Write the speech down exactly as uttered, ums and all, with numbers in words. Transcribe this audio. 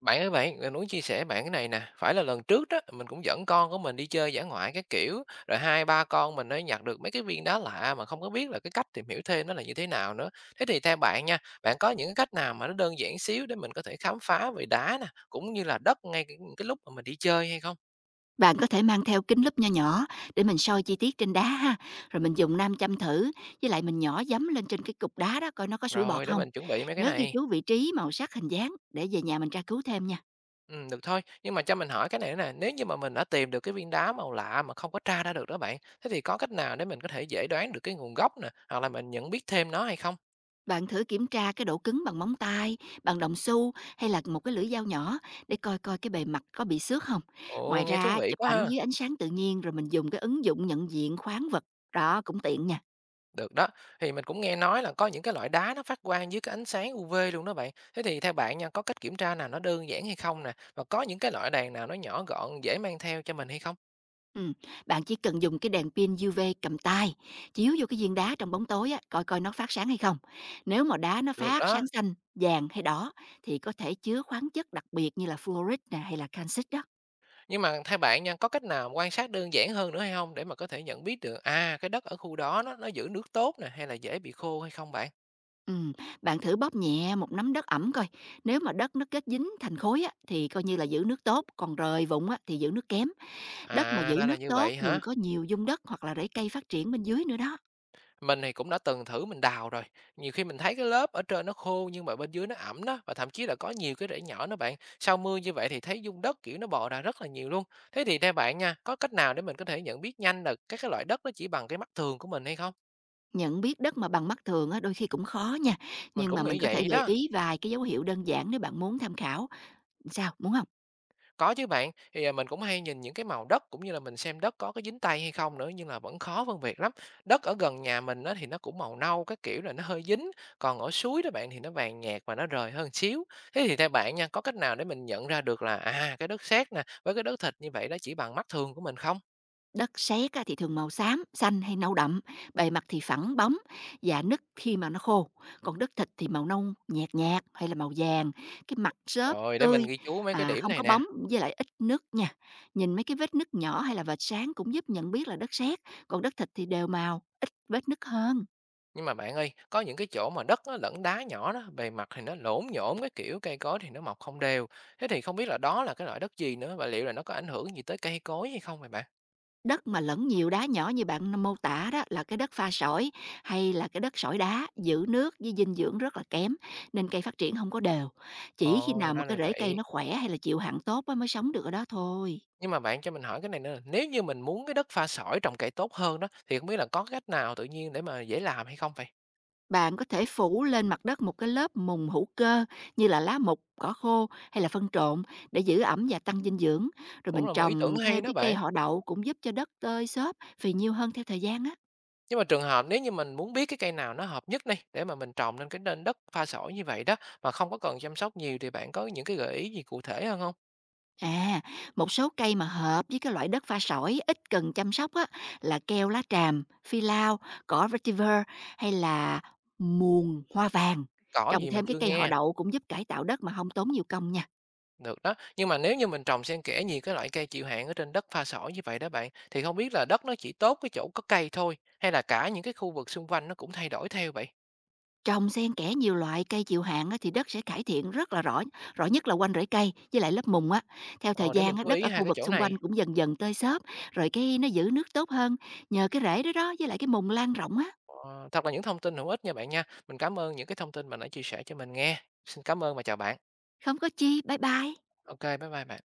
Bạn ơi bạn, mình muốn chia sẻ bạn cái này nè, phải là lần trước đó, mình cũng dẫn con của mình đi chơi dã ngoại cái kiểu, rồi hai ba con mình nó nhặt được mấy cái viên đá lạ mà không có biết là cái cách tìm hiểu thêm nó là như thế nào nữa. Thế thì theo bạn nha, bạn có những cái cách nào mà nó đơn giản xíu để mình có thể khám phá về đá nè, cũng như là đất ngay cái cái lúc mà mình đi chơi hay không? Bạn có thể mang theo kính lúp nho nhỏ để mình soi chi tiết trên đá ha, rồi mình dùng nam châm thử, với lại mình nhỏ giấm lên trên cái cục đá đó coi nó có sủi bọt Rồi để không. mình chuẩn bị mấy cái Nhớ ghi này. chú vị trí, màu sắc, hình dáng để về nhà mình tra cứu thêm nha. Ừ, được thôi, nhưng mà cho mình hỏi cái này nè, nếu như mà mình đã tìm được cái viên đá màu lạ mà không có tra ra được đó bạn, thế thì có cách nào để mình có thể dễ đoán được cái nguồn gốc nè, hoặc là mình nhận biết thêm nó hay không? Bạn thử kiểm tra cái độ cứng bằng móng tay, bằng đồng xu hay là một cái lưỡi dao nhỏ để coi coi cái bề mặt có bị xước không. Ngoài Ồ, nghe thú ra vị chụp quá ảnh ha. dưới ánh sáng tự nhiên rồi mình dùng cái ứng dụng nhận diện khoáng vật, đó cũng tiện nha. Được đó. Thì mình cũng nghe nói là có những cái loại đá nó phát quang dưới cái ánh sáng U UV luôn đó bạn. Thế thì theo bạn nha, có cách kiểm tra nào nó đơn giản hay không nè? Và có những cái loại đèn nào nó nhỏ gọn, dễ mang theo cho mình hay không? Ừm, Bạn chỉ cần dùng cái đèn pin diu vi cầm tay, chiếu vô cái viên đá trong bóng tối á, coi coi nó phát sáng hay không. Nếu mà đá nó Được phát sáng đó. xanh, vàng hay đỏ thì có thể chứa khoáng chất đặc biệt như là fluorite nè hay là calcit đó. Nhưng mà theo bạn nha, có cách nào quan sát đơn giản hơn nữa hay không để mà có thể nhận biết được à cái đất ở khu đó nó nó giữ nước tốt nè hay là dễ bị khô hay không bạn? Ừm, Bạn thử bóp nhẹ một nắm đất ẩm coi, nếu mà đất nó kết dính thành khối á, thì coi như là giữ nước tốt, còn rời vụn á, thì giữ nước kém. Đất mà À, giữ ra là nước như tốt vậy thường hả? có nhiều dung đất hoặc là rễ cây phát triển bên dưới nữa đó. Mình thì cũng đã từng thử mình đào rồi. Nhiều khi mình thấy cái lớp ở trên nó khô nhưng mà bên dưới nó ẩm đó và thậm chí là có nhiều cái rễ nhỏ đó bạn. Sau mưa như vậy thì thấy dung đất kiểu nó bò ra rất là nhiều luôn. Thế thì theo bạn nha, có cách nào để mình có thể nhận biết nhanh là các cái loại đất nó chỉ bằng cái mắt thường của mình hay không? Nhận biết đất mà bằng mắt thường á, đôi khi cũng khó nha, Mình nhưng mà cũng mình nghĩ có thể vậy gợi đó. ý vài cái dấu hiệu đơn giản nếu bạn muốn tham khảo. Sao, muốn không? Có chứ bạn, thì, à, mình cũng hay nhìn những cái màu đất cũng như là mình xem đất có cái dính tay hay không nữa, nhưng là vẫn khó phân biệt lắm. Đất ở gần nhà mình á thì nó cũng màu nâu, các kiểu là nó hơi dính, còn ở suối đó bạn thì nó vàng nhạt và nó rời hơn xíu. Thế thì theo bạn nha, có cách nào để mình nhận ra được là, à, cái đất sét nè, với cái đất thịt như vậy đó chỉ bằng mắt thường của mình không? Đất sét á, thì thường màu xám, xanh hay nâu đậm, bề mặt thì phẳng bóng và nứt khi mà nó khô. Còn đất thịt thì màu nâu nhạt nhạt hay là màu vàng, cái mặt xốp Rồi, để mình tươi, ghi chú mấy cái à, điểm không có này nè. bóng với lại ít nứt nha. Nhìn mấy cái vết nứt nhỏ hay là vệt sáng cũng giúp nhận biết là đất sét, còn đất thịt thì đều màu, ít vết nứt hơn. Nhưng mà bạn ơi, có những cái chỗ mà đất nó lẫn đá nhỏ đó, bề mặt thì nó lổn nhổn cái kiểu, cây cối thì nó mọc không đều. Thế thì không biết là đó là cái loại đất gì nữa và liệu là nó có ảnh hưởng gì tới cây cối hay không vậy bạn? Đất mà lẫn nhiều đá nhỏ như bạn mô tả đó là cái đất pha sỏi hay là cái đất sỏi đá, giữ nước với dinh dưỡng rất là kém, nên cây phát triển không có đều. Chỉ khi Ồ, nào mà ra cái là rễ cây vậy. nó khỏe hay là chịu hạn tốt á mới sống được ở đó thôi. Nhưng mà bạn cho mình hỏi cái này nữa là nếu như mình muốn cái đất pha sỏi trồng cây tốt hơn đó thì không biết là có cái cách nào tự nhiên để mà dễ làm hay không vậy? Bạn có thể phủ lên mặt đất một cái lớp mùng hữu cơ như là lá mục, cỏ khô hay là phân trộn để giữ ẩm và tăng dinh dưỡng, rồi Cũng mình là một ý trồng tưởng hay thêm đó cái cây bạn. họ đậu cũng giúp cho đất tơi xốp, phì nhiêu hơn theo thời gian á. Nhưng mà trường hợp nếu như mình muốn biết cái cây nào nó hợp nhất đi để mà mình trồng lên cái nền đất pha sỏi như vậy đó mà không có cần chăm sóc nhiều thì bạn có những cái gợi ý gì cụ thể hơn không? À, một số cây mà hợp với cái loại đất pha sỏi ít cần chăm sóc á, là keo lá tràm, phi lao, cỏ vetiver hay là muồng hoa vàng. Cỏ Trồng gì mình thêm cái chưa cây họ nghe. đậu cũng giúp cải tạo đất mà không tốn nhiều công nha. Được đó, nhưng mà nếu như mình trồng xen kẽ nhiều cái loại cây chịu hạn ở trên đất pha sỏi như vậy đó bạn, thì không biết là đất nó chỉ tốt cái chỗ có cây thôi, hay là cả những cái khu vực xung quanh nó cũng thay đổi theo vậy? Trồng xen kẽ nhiều loại cây chịu hạn á, thì đất sẽ cải thiện rất là rõ, rõ nhất là quanh rễ cây với lại lớp mùng á. Theo thời Ờ, để gian mình á, chú đất ý ở hai khu cái vực chỗ xung quanh này. cũng dần dần tơi xốp, rồi cái nó giữ nước tốt hơn nhờ cái rễ đó đó với lại cái mùng lan rộng á. Ờ, thật là những thông tin hữu ích nha bạn nha. Mình cảm ơn những cái thông tin bạn đã chia sẻ cho mình nghe. Xin cảm ơn và chào bạn. Không có chi, bye bye. Ok, bye bye bạn.